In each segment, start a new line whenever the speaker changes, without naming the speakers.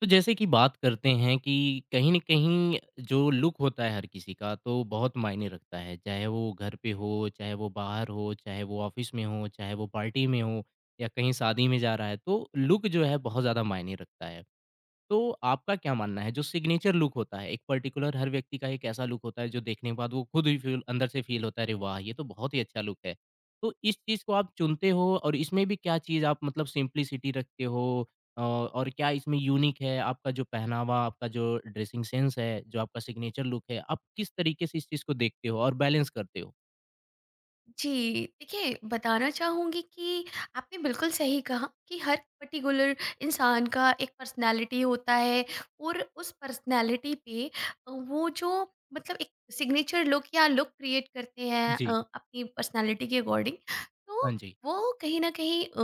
तो जैसे कि बात करते हैं कि कहीं न कहीं जो लुक होता है हर किसी का तो बहुत मायने रखता है। चाहे वो घर पे हो, चाहे वो बाहर हो, चाहे वो ऑफ़िस में हो, चाहे वो पार्टी में हो या कहीं शादी में जा रहा है, तो लुक जो है बहुत ज़्यादा मायने रखता है। तो आपका क्या मानना है जो सिग्नेचर लुक होता है, एक पर्टिकुलर हर व्यक्ति का एक ऐसा लुक होता है जो देखने के बाद वो खुद ही फ़ील अंदर से फ़ील होता है, अरे वाह! ये तो बहुत ही अच्छा लुक है। तो इस चीज़ को आप चुनते हो और इसमें भी क्या चीज़ आप मतलब सिम्प्लिसिटी रखते हो और क्या इसमें यूनिक है आपका जो पहनावा, आपका जो ड्रेसिंग सेंस है, जो आपका सिग्नेचर लुक है, आप किस तरीके से इस चीज़ को देखते हो और बैलेंस करते हो?
जी, देखिए बताना चाहूँगी कि आपने बिल्कुल सही कहा कि हर पर्टिकुलर इंसान का एक पर्सनैलिटी होता है और उस पर्सनैलिटी पे वो जो मतलब एक सिग्नेचर लुक या लुक क्रिएट करते हैं
जी।
अपनी पर्सनैलिटी के अकॉर्डिंग। तो
हाँ जी।
वो कहीं न कहीं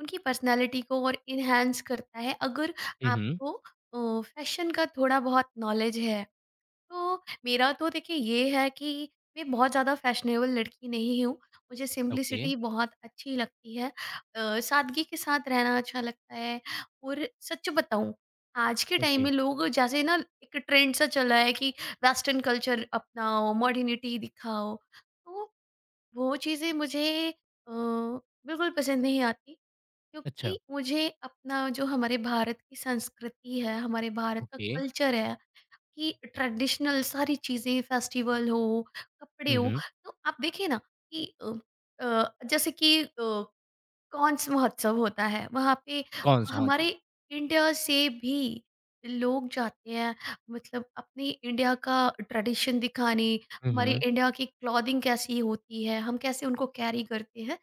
उनकी पर्सनैलिटी को और एनहांस करता है, अगर
हुँ, हुँ।
आपको फैशन का थोड़ा-बहुत नॉलेज है। तो मेरा तो देखिए ये है कि मैं बहुत ज़्यादा फैशनेबल लड़की नहीं हूँ। मुझे
ओके,
सिम्प्लिसिटी बहुत अच्छी लगती है। सादगी के साथ रहना अच्छा लगता है, और सच बताऊँ, आज के टाइम
ओके।
में लोग जैसे ना एक ट्रेंड सा चला है कि वेस्टर्न कल्चर अपनाओ, मॉडर्निटी दिखाओ। तो वो चीज़ें मुझे अ, बिल्कुल पसंद नहीं आती
अच्छा,
क्योंकि मुझे अपना, जो हमारे भारत की संस्कृति है, हमारे भारत का
ओके।
कल्चर है, कि ट्रेडिशनल सारी चीज़ें, फेस्टिवल हो, कपड़े
हुँ,
हो,
हुँ।
तो आप देखिए ना कि अ, जैसे कि कांस महोत्सव होता है, वहाँ पे
कौन-सा? हाँ
हमारे
जी।
इंडिया से भी लोग जाते हैं, मतलब अपनी इंडिया का ट्रेडिशन दिखाने,
हुँ,
हमारी
हुँ।
इंडिया की क्लॉथिंग कैसी होती है, हम कैसे उनको कैरी करते हैं।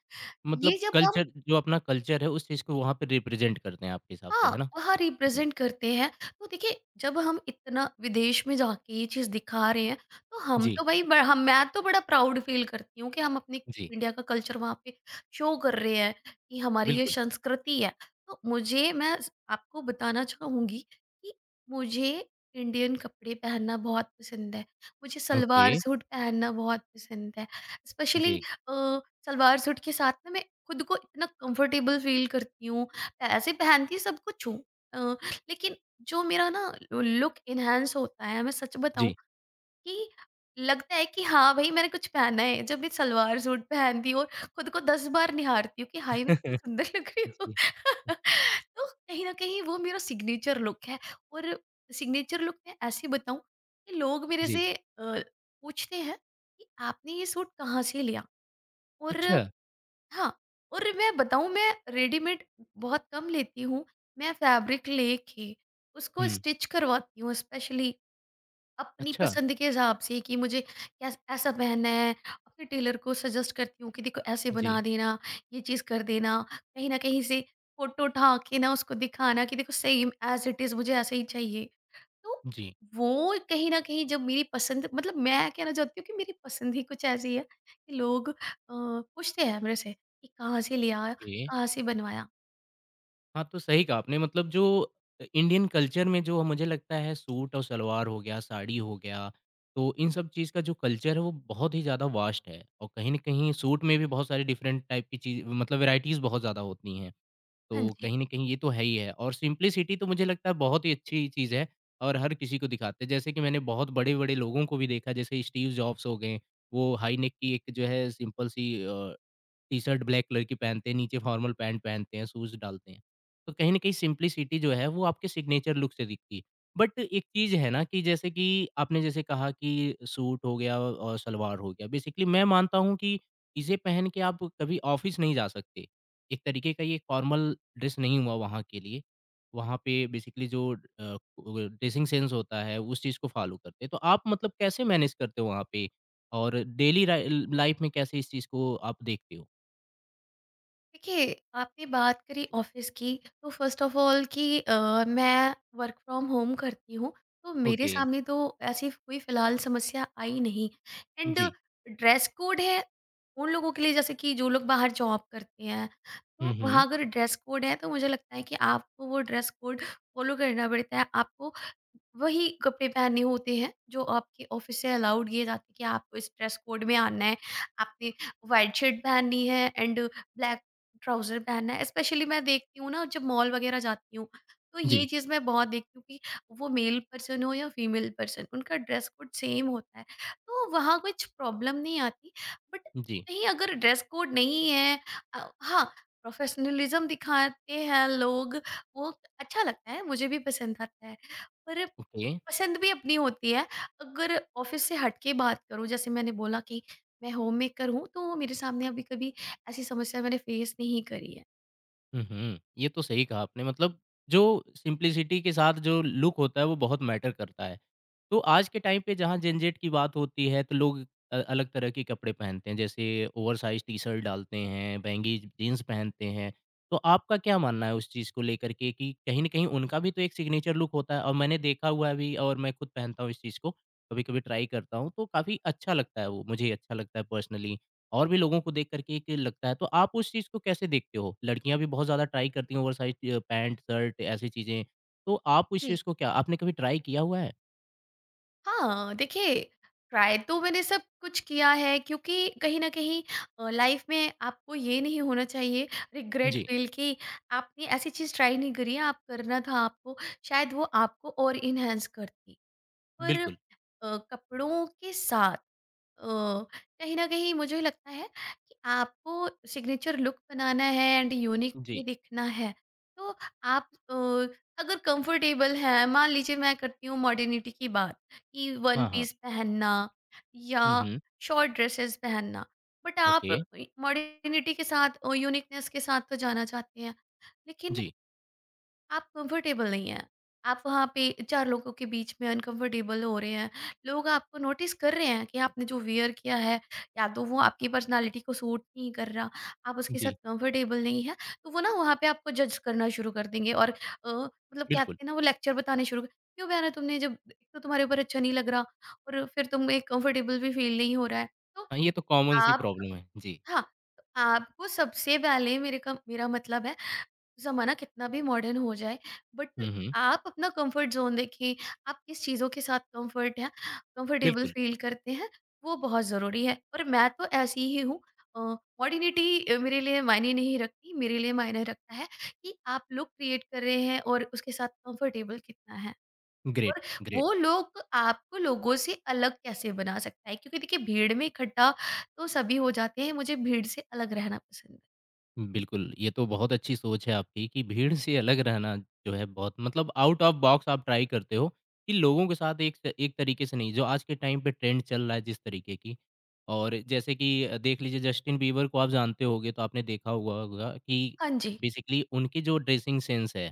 मतलब
ये जब हम,
कल्चर जो अपना कल्चर है, उस चीज़ को वहाँ पे रिप्रेज़ेंट करते हैं आपके हिसाब से,
हाँ,
है ना?
वहाँ
जी।
रिप्रेज़ेंट करते हैं। तो देखिए, जब हम इतना विदेश में जाके ये चीज़ दिखा रहे हैं, तो हम
जी,
तो भाई ब हम मैं तो बड़ा प्राउड फ़ील करती हूँ कि हम अपनी
जी,
इंडिया का कल्चर वहाँ पे शो कर रहे हैं, कि हमारी ये
बिल्कुल।
संस्कृति है। तो मुझे मैं स आपको बताना चाहूँगी कि मुझे इंडियन कपड़े पहनना बहुत पसंद है। मुझे
ओके,
सलवार सूट पहनना बहुत पसंद है। स्पेशली
जी,
अ, सलवार सूट के साथ ना मैं खुद को इतना कंफ़र्टेबल फ़ील करती हूँ, ऐसे पहनती सब कुछ हूँ, अ, लेकिन जो मेरा ना लुक एनहांस होता है, मैं सच बताऊँ,
जी।
कि लगता है कि हाँ भाई मैंने कुछ पहना है, जब मैं सलवार सूट पहनती हूँ और खुद को 10 बार निहारती हूँ कि हाय, मैं कितनी सुंदर लग रही हूँ।
जी।
तो कहीं ना कहीं वो मेरा सिग्नेचर लुक है। और सिग्नेचर लुक मैं ऐसे बताऊँ कि लोग मेरे
जी,
से पूछते हैं कि आपने ये सूट कहाँ से लिया, और
अच्छा।
हाँ, और मैं बताऊँ, मैं रेडीमेड बहुत कम लेती हूँ। मैं फैब्रिक लेके उसको
हुँ,
स्टिच करवाती हूँ, स्पेशली अपनी
अच्छा।
पसंद के हिसाब से, कि मुझे कैस ऐसा पहनना है, अपने टेलर को सजेस्ट करती हूँ कि देखो ऐसे बना
जी,
देना, ये चीज़ कर देना। कहीं न कहीं से फ़ोटो उठा के ना उसको दिखाना कि देखो, सेम ऐज़ इट इज़ मुझे ऐसे ही चाहिए। तो
जी,
वो कहीं न कहीं, जब मेरी पसंद, मतलब मैं कहना चाहती हूँ कि मेरी पसंद ही कुछ ऐसी है कि लोग पूछते हैं मेरे से कि कहाँ से ले आया,
ओके।
कहाँ से बनवाया?
हाँ, तो सही कहा आपने मतलब जो इंडियन कल्चर में जो मुझे लगता है सूट और सलवार हो गया, साड़ी हो गया, तो इन सब चीज़ का जो कल्चर है, वो बहुत ही ज़्यादा वास्ट है और कहीं न कहीं सूट में भी बहुत सारी डिफरेंट टाइप की चीज़ मतलब वैराइटीज़ बहुत ज़्यादा होती हैं।
हाँ
तो
जी।
कहीं न कहीं ये तो है ही है और सिम्प्लिसिटी तो मुझे लगता है बहुत ही अच्छी चीज़ है और हर किसी को दिखाते हैं। जैसे कि मैंने बहुत बड़े-बड़े लोगों को भी देखा जैसे स्टीव जॉब्स हो गए, वो हाई नेक की एक जो है सिंपल सी अ, टी-शर्ट ब्लैक कलर की पहनते हैं, नीचे फॉर्मल पैंट पहनते हैं, शूज़ डालते हैं। तो कहीं न कहीं सिम्प्लिसिटी जो है वो आपके सिग्नेचर लुक से दिखती है। बट एक चीज़ है ना कि जैसे कि आपने जैसे कहा कि सूट हो गया और सलवार हो गया। बेसिकली मैं मानता हूँ कि इसे पहन के आप कभी ऑफ़िस नहीं जा सकते। एक तरीके का ये फॉर्मल ड्रेस नहीं हुआ वहाँ के लिए। वहाँ पे बेसिकली जो ड्रेसिंग सेंस होता है उस चीज़ को फ़ॉलो करते हैं। तो आप मतलब कैसे मैनेज करते हो वहाँ पे? और डेली रा लाइफ़ में कैसे इस चीज़ को आप देखते हो?
देखिए, आपने बात करी ऑफ़िस की, तो फ़र्स्ट ऑफ़ ऑल कि मैं वर्क फ्रॉम होम करती हूँ, तो मेरे
ओके,
सामने तो ऐसी कोई फ़िलहाल समस्या आई नहीं। And
ji.
ड्रेस कोड है, उन लोगों के लिए, जैसे कि जो लोग बाहर जॉब करते हैं,
हुँ,
तो
हुँ।
वहाँ अगर ड्रेस कोड है, तो मुझे लगता है कि आपको वो ड्रेस कोड फ़ॉलो करना पड़ता है। आपको वही कपड़े पहनने होते हैं, जो आपके ऑफ़िस से अलाउड किए जाते हैं, कि आपको इस ड्रेस कोड में आना है। आपने व्हाइट शर्ट पहननी है एंड ब्लैक ट्राउज़र पहनना है। स्पेशली मैं देखती हूँ ना, जब मॉल वगैरह जाती हूँ, तो ये
जी,
चीज़ मैं बहुत देखती हूँ कि वो मेल पर्सन हो या फीमेल पर्सन, उनका ड्रेस कोड सेम होता है। तो वहाँ कुछ प्रॉब्लम नहीं आती। बट
जी,
कहीं अगर ड्रेस कोड नहीं है, हाँ, प्रोफ़ेशनलिज़्म दिखाते हैं लोग, वो अच्छा लगता है, मुझे भी पसंद आता है। पर
ओके।
पसंद भी अपनी होती है। अगर ऑफ़िस से हट के बात करूँ, जैसे मैंने बोला कि मैं होममेकर हूँ, तो मेरे सामने अभी कभी ऐसी समस्या मैंने फ़ेस नहीं करी है।
हुँ, हुँ। ये तो सही कहा आपने मतलब जो सिंप्लिसिटी के साथ जो लुक होता है वो बहुत मैटर करता है। तो आज के टाइम पे जहाँ जेनज़ेड की बात होती है तो लोग अलग तरह के कपड़े पहनते हैं। जैसे ओवरसाइज़ टी-शर्ट डालते हैं, महँगी जीन्स पहनते हैं। तो आपका क्या मानना है उस चीज़ को लेकर के कि कहीं न कहीं उनका भी तो एक सिग्नेचर लुक होता है और मैंने देखा हुआ है भी और मैं खुद पहनता हूँ इस चीज़ को। कभी-कभी ट्राई करता हूँ तो काफ़ी अच्छा लगता है वो, मुझे अच्छा लगता है पर्सनली और भी लोगों को देख कर के एक लगता है। तो आप उस चीज़ को कैसे देखते हो? लड़कियाँ भी बहुत ज़्यादा ट्राई करती हैं ओवरसाइज़ पैंट, शर्ट ऐसी चीज़ें। तो आप इस
जी।
चीज़ को क्या आपने कभी ट्राई किया हुआ है?
हाँ, देखिए, ट्राई तो मैंने सब कुछ किया है, क्योंकि कहीं न कहीं लाइफ़ में आपको ये नहीं होना चाहिए, रिग्रेट
जी।
फ़ील, कि आपने ऐसी चीज़ ट्राई नहीं करी है, आप करना था आपको, शायद वो आपको और एनहांस करती। पर
बिल्कुल,
कपड़ों के साथ अ, कहीं न कहीं मुझे लगता है कि आपको सिग्नेचर लुक बनाना है एंड यूनिक
जी।
भी दिखना है। तो आप अगर कंफर्टेबल हैं, मान लीजिए मैं करती हूँ मॉडर्निटी की बात, कि वन
हाँ, हाँ।
पीस पहनना या
हुँ, हुँ।
शॉर्ट ड्रेसेस पहनना। बट आप
ओके।
मॉडर्निटी के साथ, यूनिकनेस के साथ तो जाना चाहते हैं। लेकिन
जी,
आप कंफर्टेबल नहीं हैं। आप वहाँ पे 4 लोगों के बीच में अनकंफर्टेबल हो रहे हैं। लोग आपको नोटिस कर रहे हैं कि आपने जो वियर किया है, या तो वो आपकी पर्सनैलिटी को सूट नहीं कर रहा, आप उसके साथ
जी,
कंफर्टेबल नहीं हैं, तो वो ना वहाँ पे आपको जज करना शुरू कर देंगे, और मतलब कहते
बिल्कुल।
हैं ना, वो लेक्चर बताने शुरू कर, क्यों बहना तुमने, जब एक तो तुम्हारे ऊपर अच्छा नहीं लग रहा, और फिर तुम्हें कंफर्टेबल भी फ़ील नहीं हो रहा है। तो
हाँ, ये तो कॉमन सी
आप,
प्रॉब्लम है। जी।
हाँ, तो आपको सबसे पहले मेरे का मेरा मतलब है, ज़माना कितना भी मॉडर्न हो जाए, बट
हुँ, हुँ।
आप अपना कंफर्ट ज़ोन देखिए, आप किस चीज़ों के साथ कंफर्ट हैं, कंफर्टेबल
बिल्कुल,
फ़ील करते हैं, वो बहुत ज़रूरी है। और मैं तो ऐसी ही हूँ, अ, मॉडर्निटी मेरे लिए मायने नहीं रखती, मेरे लिए मायने रखता है कि आप लुक क्रिएट कर रहे हैं और उसके साथ कंफर्टेबल कितना है।
ग्रेट,
और
ग्रेट।
वो लोग आपको लोगों से अलग कैसे बना सकता है, क्योंकि देखिए भीड़ में इकट्ठा तो सभी हो जाते हैं, मुझे भीड़ से अलग रहना पसंद है।
बिल्कुल, ये तो बहुत अच्छी सोच है आपकी कि भीड़ से अलग रहना जो है बहुत मतलब आउट ऑफ बॉक्स आप ट्राई करते हो कि लोगों के साथ एक तरीके से नहीं, जो आज के टाइम पे ट्रेंड चल रहा है जिस तरीके की और जैसे कि देख लीजिए जस्टिन बीबर को आप जानते होंगे तो आपने देखा हुआ होगा कि
हाँ जी,
बेसिकली उनकी जो ड्रेसिंग सेंस है,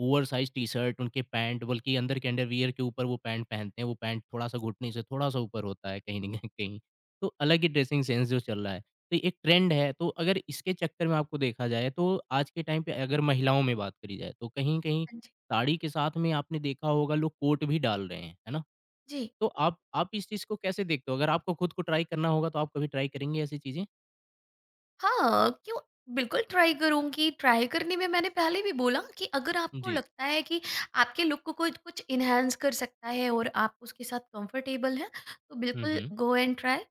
ओवरसाइज़ टी-शर्ट, उनके पैंट बल्कि अंदर के अंडरवियर के ऊपर वो पैंट पहनते हैं, वो पैंट थोड़ा-सा घुटने से थोड़ा-सा ऊपर होता है कहीं न कहीं। तो अलग ही ड्रेसिंग सेंस जो चल रहा है। तो ये एक ट्रेंड है, तो अगर इसके चक्कर में आपको देखा जाए तो आज के टाइम पे अगर महिलाओं में बात करी जाए तो कहीं-कहीं
हाँ जी।
साड़ी के साथ में आपने देखा होगा लोग कोट भी डाल रहे हैं, है ना?
जी।
तो आप इस चीज़ को कैसे देखते हो? अगर आपको खुद को ट्राई करना होगा तो आप कभी ट्राई करेंगे ऐसी चीज़ें?
हाँ, क्यों, बिल्कुल ट्राई करूँगी। ट्राई करने में मैंने पहले भी बोला कि अगर आपको
जी।
लगता है कि आपके लुक को कुछ कुछ एनहांस कर सकता है और आप उसके साथ कंफर्टेबल हैं, तो
हुँ,
बिल्कुल
हुँ।
Go and try.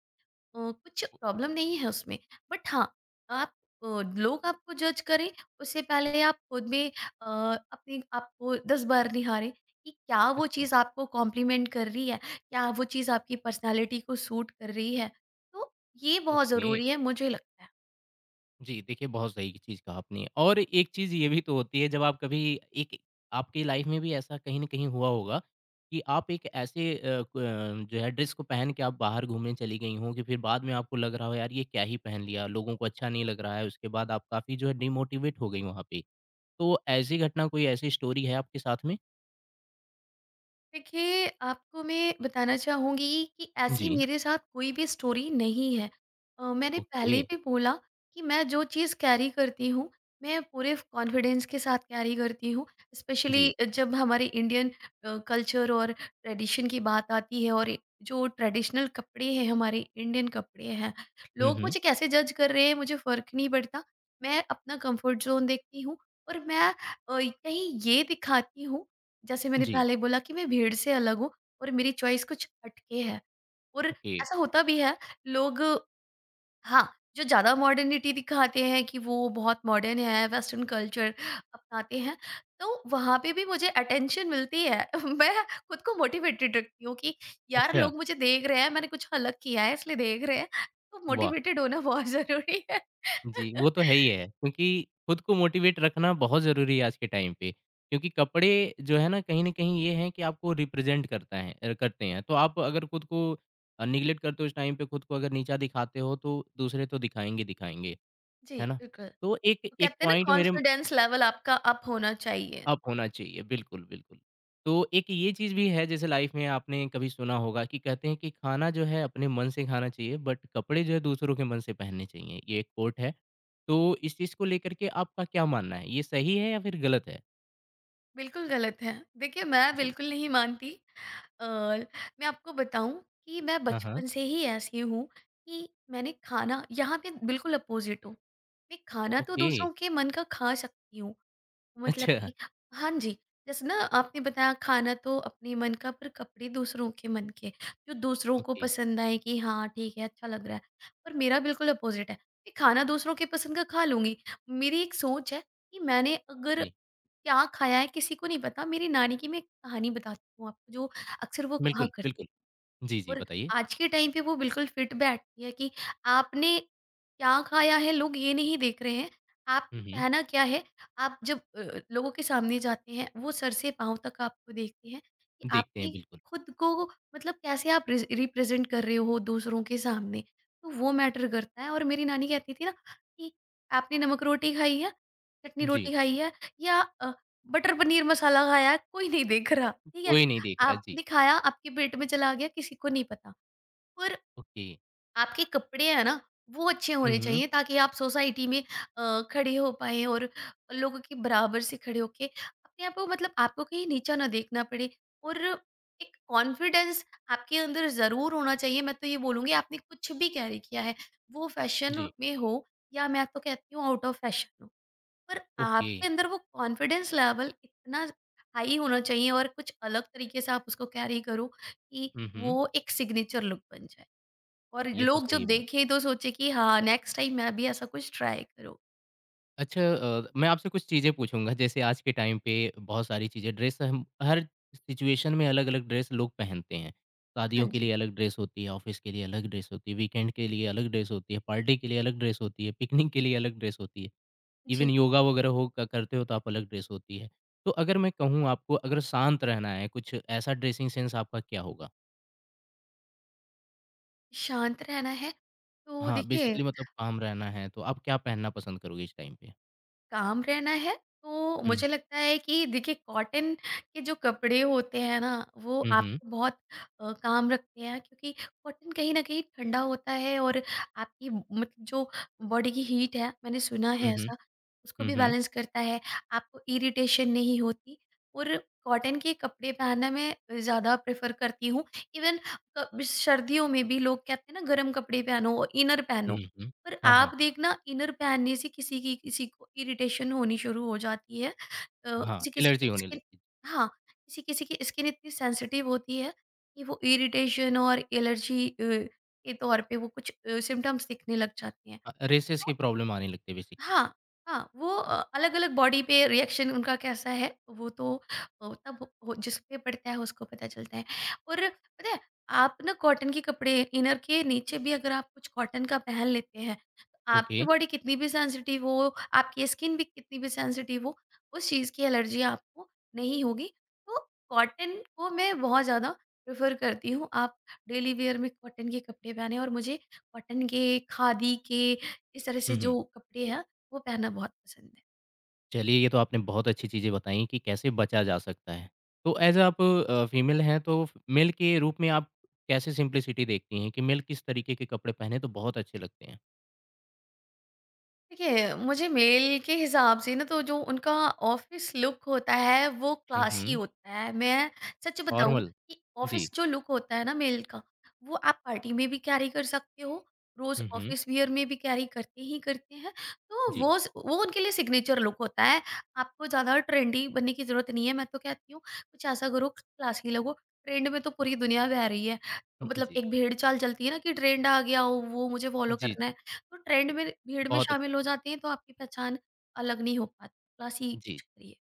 कुछ प्रॉब्लम नहीं है उसमें। बट हाँ, आप, अ, लोग आपको जज करें, उससे पहले आप खुद में अपने आप को 10 बार निहारें कि क्या वो
अच्छा,
चीज़ आपको कॉम्प्लीमेंट कर रही है? क्या वो चीज़ आपकी पर्सनैलिटी को सूट कर रही है? तो ये बहुत
ओके।
ज़रूरी है, मुझे लगता है।
जी, देखिए बहुत सही चीज़ कहा आपने और एक चीज़ ये भी तो होती है जब आप कभी एक आपकी लाइफ़ में भी ऐसा कहीं न कहीं हुआ होगा कि आप एक ऐसे जो है ड्रेस को पहन के आप बाहर घूमने चली गई हों कि फिर बाद में आपको लग रहा हो यार ये क्या ही पहन लिया, लोगों को अच्छा नहीं लग रहा है, उसके बाद आप काफ़ी जो है डिमोटिवेट हो गई वहाँ पे। तो ऐसी घटना कोई ऐसी स्टोरी है आपके साथ में?
देखिए, आपको मैं बताना चाहूँगी कि ऐसी
जी,
मेरे साथ कोई भी स्टोरी नहीं है। मैंने
ओके,
पहले भी बोला कि मैं जो चीज़ कैरी करती हूँ, मैं पूरे कॉन्फिडेंस के साथ कैरी करती हूँ।
जी।
स्पेशली जब हमारे इंडियन कल्चर और ट्रेडिशन की बात आती है, और जो ट्रेडिशनल कपड़े हैं, हमारे इंडियन कपड़े हैं,
हुँ,
लोग
हुँ।
मुझे कैसे जज कर रहे हैं, मुझे फ़र्क नहीं पड़ता। मैं अपना कंफर्ट ज़ोन देखती हूँ, और मैं कहीं ये दिखाती हूँ, जैसे मैंने
जी,
पहले बोला कि मैं भीड़ से अलग हूँ, और मेरी चॉइस कुछ हटके है, और
ओके।
ऐसा होता भी है, लोग, हाँ, जो ज़्यादा मॉडर्निटी दिखाते हैं कि वो बहुत मॉडर्न है, वेस्टर्न कल्चर अपनाते हैं, तो वहाँ पे भी मुझे अटेंशन मिलती है। मैं खुद को मोटिवेटेड रखती हूँ कि यार,
अच्छा,
लोग मुझे देख रहे हैं, मैंने कुछ अलग किया है इसलिए देख रहे हैं, तो
वाह!
मोटिवेटेड होना बहुत ज़रूरी है।
जी, वो तो है ही है, क्योंकि खुद को मोटिवेट रखना बहुत ज़रूरी है आज के टाइम पे, क्योंकि कपड़े जो है ना, कहीं न कहीं ये हैं कि आपको रिप्रेज़ेंट करता है करते हैं। तो आप अगर खुद को नेगलेक्ट करते हो उस टाइम पे, खुद को अगर नीचा दिखाते हो, तो दूसरे तो दिखाएँगे, दिखाएँगे,
जी,
है ना?
बिल्कुल, तो
तो एक एक
कहते हैं ना,
पॉइंट मेरे
कॉन्फिडेंस लेवल आपका अप होना चाहिए।
अप होना चाहिए, बिल्कुल, बिल्कुल। तो एक ये चीज़ भी है जैसे लाइफ़ में आपने कभी सुना होगा कि कहते हैं कि खाना जो है अपने मन से खाना चाहिए बट कपड़े जो है दूसरों के मन से पहनने चाहिए, ये एक कोट है। तो इस चीज़ को लेकर के आपका क्या मानना है? ये सही है या फिर गलत है?
बिल्कुल गलत है। देखिए, मैं
जी।
बिल्कुल नहीं मानती, अ, मैं आपको बताऊँ कि मैं
हाँ, हाँ।
बचपन से ही ऐसी हूँ कि मैंने खाना, यहाँ पे बिल्कुल अपोज़िट हूँ। मैं खाना तो, ओह,
ओके।
दूसरों के मन का खा सकती हूँ, मतलब
अच्छा,
कि हाँ जी, जैसे ना आपने बताया खाना तो अपने मन का, पर कपड़े दूसरों के मन के, जो दूसरों को
ओके।
पसंद आए, कि हाँ, ठीक है, अच्छा लग रहा है। पर मेरा बिल्कुल अपोज़िट है, मैं खाना दूसरों के पसंद का खा लूँगी। मेरी एक सोच है कि मैंने अगर
जी।
क्या खाया है, किसी को नहीं पता, मेरी नानी की मैं एक कहानी बताती हूँ आपको, जो अक्सर वो कहा
बिल्कुल,
करती,
बिल्कुल। जी, जी,
और
बताइए।
आज के टाइम पे वो बिल्कुल फिट बैठती है, कि आपने क्या खाया है लोग ये नहीं देख रहे हैं, आपने
हुँ, हुँ।
पहना क्या है, आप जब लोगों के सामने जाते हैं वो सर से पाँव तक आपको देखते हैं, कि
देखते हैं
आपने
बिल्कुल।
खुद को, मतलब कैसे आप रिप्रेजेंट कर रहे हो दूसरों के सामने, तो वो मैटर करता है। और मेरी नानी कहती थी ना, कि आपने नमक रोटी खाई है, चटनी
जी।
रोटी खाई है, या बटर पनीर मसाला खाया है, कोई नहीं देख रहा, ठीक है,
कोई नहीं देख रहा। जी।
आपने खाया, आपके पेट में चला गया, किसी को नहीं पता। और
ओके।
आपके कपड़े हैं ना, वो अच्छे
हुँ,
होने
हुँ।
चाहिए, ताकि आप सोसाइटी में खड़े हो पाएँ, और लोगों के बराबर से खड़े होके अपने आप को, मतलब आपको कहीं नीचा ना देखना पड़े, और एक कॉन्फिडेंस आपके अंदर ज़रूर होना चाहिए। मैं तो ये बोलूँगी, आपने कुछ भी कैरी किया है, वो फ़ैशन
जी।
में हो, या मैं तो कहती हूँ आउट ऑफ फ़ैशन हो। पर
ओके।
आपके अंदर वो कॉन्फिडेंस लेवल इतना हाई होना चाहिए और कुछ अलग तरीके से आप उसको कैरी करो, कि
हुँ, हुँ।
वो एक सिग्नेचर लुक बन जाए, और
ये तो
लोग जब
सही बात
देखें तो सोचे कि हाँ, नेक्स्ट टाइम मैं भी ऐसा कुछ ट्राई करूँ।
अच्छा मैं आपसे कुछ चीज़ें पूछूँगा जैसे आज के टाइम पे बहुत सारी चीज़ें ड्रेस हम हर सिचुएशन में अलग-अलग ड्रेस लोग पहनते हैं।
हाँ
शादियों के
जी।
लिए अलग ड्रेस होती है, ऑफ़िस के लिए अलग ड्रेस होती है, वीकेंड के लिए अलग ड्रेस होती है, पार्टी के लिए अलग ड्रेस होती है, पिकनिक के लिए अलग ड्रेस होती है। इवन
जी,
योगा वगैरह हो क करते हो तो आप अलग ड्रेस होती है। तो अगर मैं कहूँ आपको अगर शांत रहना है कुछ ऐसा ड्रेसिंग सेंस आपका क्या होगा?
शांत रहना है तो
हाँ,
देखिए,
बेसिकली मतलब काम रहना है तो आप क्या पहनना पसंद करोगे इस टाइम पे?
काम रहना है तो
हुँ,
मुझे लगता है कि देखिए कॉटन के जो कपड़े होते हैं ना, वो
हुँ, हुँ,
आपको बहुत काम रखते हैं, क्योंकि कॉटन कहीं ना कहीं ठंडा होता है, और आपकी मतलब जो बॉडी की हीट है, मैंने सुना
हुँ,
है
हुँ,
ऐसा, उसको
हुँ,
भी
हुँ,
बैलेंस करता है, आपको इरिटेशन नहीं होती, और कॉटन के कपड़े पहनना मैं ज़्यादा प्रेफर करती हूँ। इवन सर्दियों में भी लोग कहते हैं ना, गर्म कपड़े पहनो और इनर
हुँ,
पहनो,
हुँ।
पर
हाँ, हाँ।
आप देखना इनर पहनने से किसी की, किसी को इरिटेशन होनी शुरू हो जाती है।
हाँ,
किसी-किसी की
एलर्जी होने
स्किन,
लगती
हाँ, किसी-किसी की स्किन इतनी सेंसिटिव होती है कि वो इरिटेशन और एलर्जी के तौर पे, वो कुछ सिम्पटम्स दिखने लग जाते हैं।
रेशेज़
तो
की प्रॉब्लम आने लगती है बेसिकली।
हाँ, हाँ, वो अलग-अलग बॉडी पे रिएक्शन उनका कैसा है, वो तो तब जिस पे पड़ता है उसको पता चलता है। और पता है, आप ना कॉटन के कपड़े इनर के नीचे भी अगर आप कुछ कॉटन का पहन लेते हैं, तो
ओके।
आपकी बॉडी कितनी भी सेंसिटिव हो, आपकी स्किन भी कितनी भी सेंसिटिव हो, उस चीज़ की एलर्जी आपको नहीं होगी। तो कॉटन को मैं बहुत ज़्यादा प्रेफ़र करती हूँ। आप डेली वियर में कॉटन के कपड़े पहने, और मुझे कॉटन के, खादी के, इस तरह से
हुँ, हुँ।
जो कपड़े हैं वो पहनना बहुत पसंद है।
चलिए ये तो आपने बहुत अच्छी चीज़ें बताई कि कैसे बचा जा सकता है। तो ऐज़ आप फीमेल हैं तो मेल के रूप में आप कैसे सिम्प्लिसिटी देखती हैं कि मेल किस तरीके के कपड़े पहने तो बहुत अच्छे लगते हैं?
देखिए, मुझे मेल के हिसाब से ना, तो जो उनका ऑफ़िस लुक होता है वो
हुँ,
क्लासी
हुँ।
होता है। मैं सच बताऊँ
फॉर्मल।
कि
जी।
ऑफ़िस जो लुक होता है ना मेल का, वो आप पार्टी में भी कैरी कर सकते हो, रोज़
हुँ, हुँ।
ऑफ़िस वियर में भी कैरी करते ही करते हैं। तो
जी।
वो स वो उनके लिए सिग्नेचर लुक होता है। आपको ज़्यादा ट्रेंडी बनने की ज़रूरत नहीं है। मैं तो कहती हूँ कुछ ऐसा करो, क्लासी लगो, ट्रेंड में तो पूरी दुनिया बह रही है।
हुँ,
मतलब
जी।
एक भेड़ चाल चलती है ना, कि ट्रेंड आ गया, हो, वो मुझे फॉलो
जी,
करना है।
जी,
तो ट्रेंड
जी।
में भीड़ में
बहुत अच्छा।
शामिल हो जाते हैं तो आपकी पहचान अलग नहीं हो पाती। प्लस ही कुछ
जी।
करिए।